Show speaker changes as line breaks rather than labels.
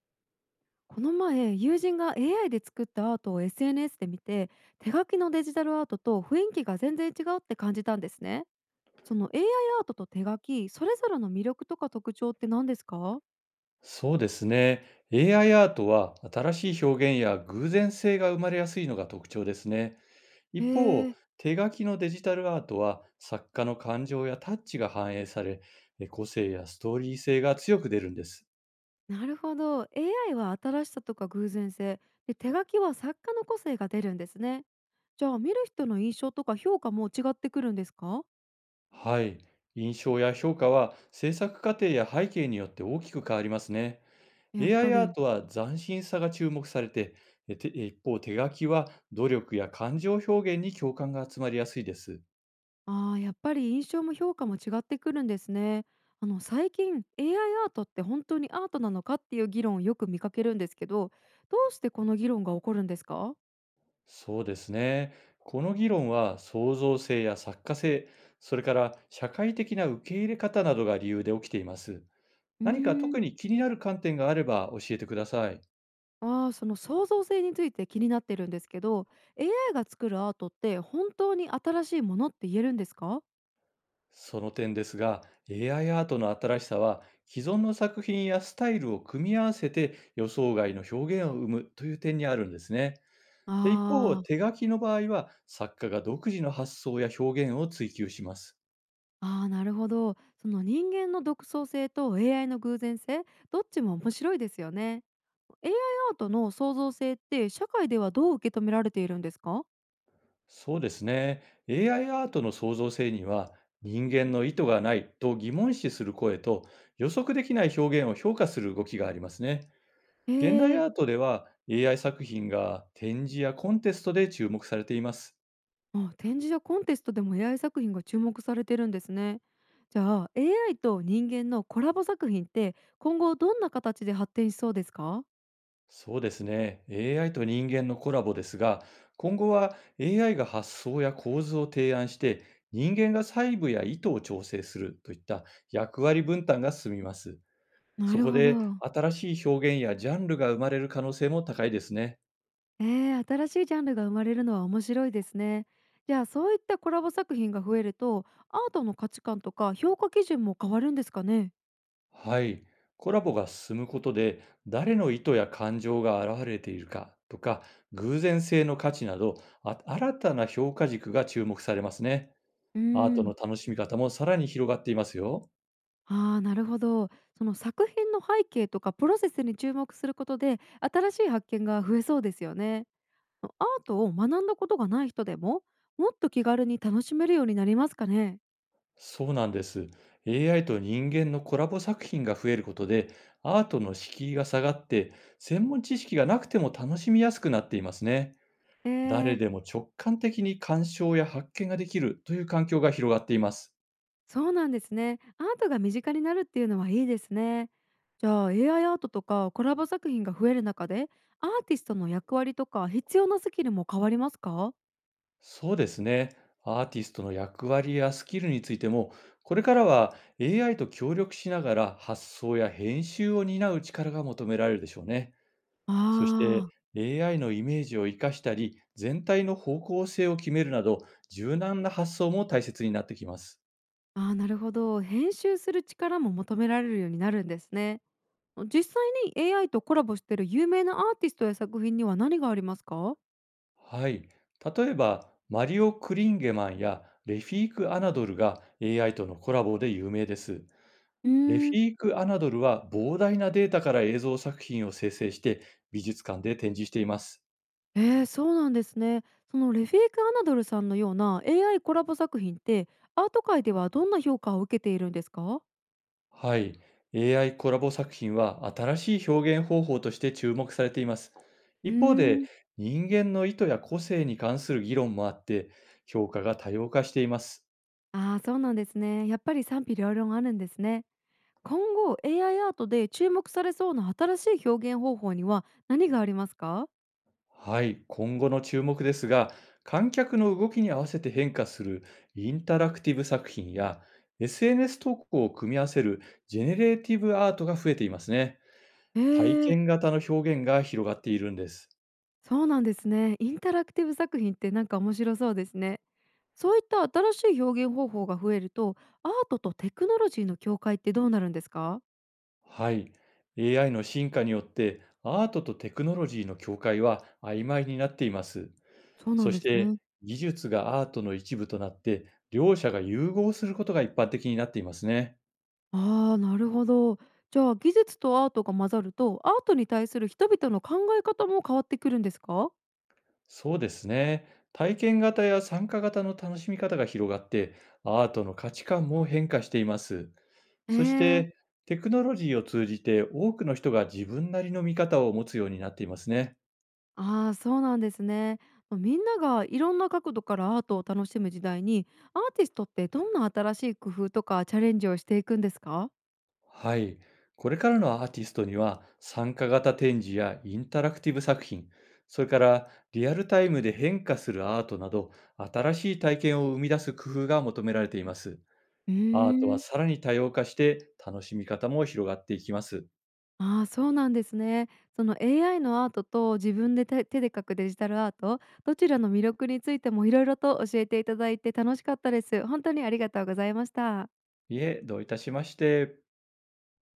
この前友人が AI で作ったアートを SNS で見て、手書きのデジタルアートと雰囲気が全然違うって感じたんですね。その AIアートと手書き、それぞれの魅力とか特徴って何ですか？
そうですね。AI アイアートは新しい表現や偶然性が生まれやすいのが特徴ですね。
へ
一方、
ー。
手書きのデジタルアートは作家の感情やタッチが反映され、個性やストーリー性が強く出るんです。
なるほど。 AI は新しさとか偶然性で、手書きは作家の個性が出るんですね。じゃあ見る人の印象とか評価も違ってくるんですか？
はい。印象や評価は制作過程や背景によって大きく変わりますね。
やっぱ
AI アイアー
り。
トは斬新さが注目されて、一方、手書きは努力や感情表現に共感が集まりやすいです。
ああ、やっぱり印象も評価も違ってくるんですね。最近 AIアートって本当にアートなのかっていう議論をよく見かけるんですけど、どうしてこの議論が起こるんですか？
そうですね。この議論は創造性や作家性、それから社会的な受け入れ方などが理由で起きています。
うー
何か
ん。
特に気になる観点があれば教えてください。
ああ、その創造性について気になってるんですけど、AI が作るアートって本当に新しいものって言えるんですか？
その点ですが、AI アイアートの新しさは既存の作品やスタイルを組み合わせて予想外の表現を生むという点にあるんですね。
あ
で一方、
ー。
手書きの場合は作家が独自の発想や表現を追求します。
あー、なるほど。その人間の独創性と AI の偶然性、どっちも面白いですよね。AIアートの創造性って社会ではどう受け止められているんですか？
そうですね。AI アイアートの創造性には、人間の意図がないと疑問視する声と、予測できない表現を評価する動きがありますね。
へ
現
え
代
ー。
アートでは、AI 作品が展示やコンテストで注目されています。
あ、展示やコンテストでも AI 作品が注目されてるんですね。じゃあ AI と人間のコラボ作品って今後どんな形で発展しそうですか？
そうですね。AI と人間のコラボですが、今後は AI が発想や構図を提案して、人間が細部や意図を調整するといった役割分担が進みます。
な
そ
る
こ
ほ
で、
ど。
新しい表現やジャンルが生まれる可能性も高いですね。
えー、新しいジャンルが生まれるのは面白いですね。じゃあそういったコラボ作品が増えると、アートの価値観とか評価基準も変わるんですかね。
はい。コラボが進むことで、誰の意図や感情が現れているかとか、偶然性の価値など、新たな評価軸が注目されますね。
うー
アート
ん。
の楽しみ方もさらに広がっていますよ。
ああ、なるほど。その作品の背景とかプロセスに注目することで新しい発見が増えそうですよね。アートを学んだことがない人でも、もっと気軽に楽しめるようになりますかね。
そうなんです。AI と人間のコラボ作品が増えることで、アートの敷居が下がって、専門知識がなくても楽しみやすくなっていますね。
え
誰
ー、
でも直感的に鑑賞や発見ができるという環境が広がっています。
そうなんですね。アートが身近になるっていうのはいいですね。じゃあ AIアートとかコラボ作品が増える中で、アーティストの役割とか必要なスキルも変わりますか？
そうですね。アーティストの役割やスキルについても、これからは AI と協力しながら発想や編集を担う力が求められるでしょうね。
あ
そして、
ー。
AI のイメージを生かしたり、全体の方向性を決めるなど、柔軟な発想も大切になってきます。
あー、なるほど、編集する力も求められるようになるんですね。実際に AI とコラボしてる有名なアーティストや作品には何がありますか？
はい。例えば、マリオ・クリンゲマンやレフィーク・アナドルが AI とのコラボで有名です。
うー
レフ
ん。
ィーク・アナドルは膨大なデータから映像作品を生成して、美術館で展示しています。
えー、そうなんですね。そのレフィーク・アナドルさんのような AI コラボ作品って、アート界ではどんな評価を受けているんですか？
はい。AI コラボ作品は新しい表現方法として注目されています。
うー
一方で、
ん。
人間の意図や個性に関する議論もあって、評価が多様化しています。
ああー、そうなんですね。やっぱり賛否両論あるんですね。今後 AIアートで注目されそうな新しい表現方法には何がありますか？
はい。今後の注目ですが、観客の動きに合わせて変化するインタラクティブ作品や、 SNS 投稿を組み合わせるジェネレーティブアートが増えていますね。
え
体
え。
験型の表現が広がっているんです。
そうなんですね。インタラクティブ作品って、なんか面白そうですね。そういった新しい表現方法が増えると、アートとテクノロジーの境界ってどうなるんですか？
はい。AI の進化によって、アートとテクノロジーの境界は曖昧になっています。
そうな
そ
ん
し
です
て、
ね。
技術がアートの一部となって、両者が融合することが一般的になっていますね。
ああ、なるほど。じゃあ技術とアートが混ざると、アートに対する人々の考え方も変わってくるんですか？
そうですね。体験型や参加型の楽しみ方が広がって、アートの価値観も変化しています。
え
そして、
え。
テクノロジーを通じて多くの人が自分なりの見方を持つようになっていますね。
ああー、そうなんですね。みんながいろんな角度からアートを楽しむ時代に、アーティストってどんな新しい工夫とかチャレンジをしていくんですか？
はい。これからのアーティストには、参加型展示やインタラクティブ作品、それからリアルタイムで変化するアートなど、新しい体験を生み出す工夫が求められています。
う
アートは
ーん。
さらに多様化して、楽しみ方も広がっていきます。
ああ、そうなんですね。その AI のアートと自分で手で描くデジタルアート、どちらの魅力についてもいろいろと教えていただいて楽しかったです。本当にありがとうございました。
いえ、どういたしまして。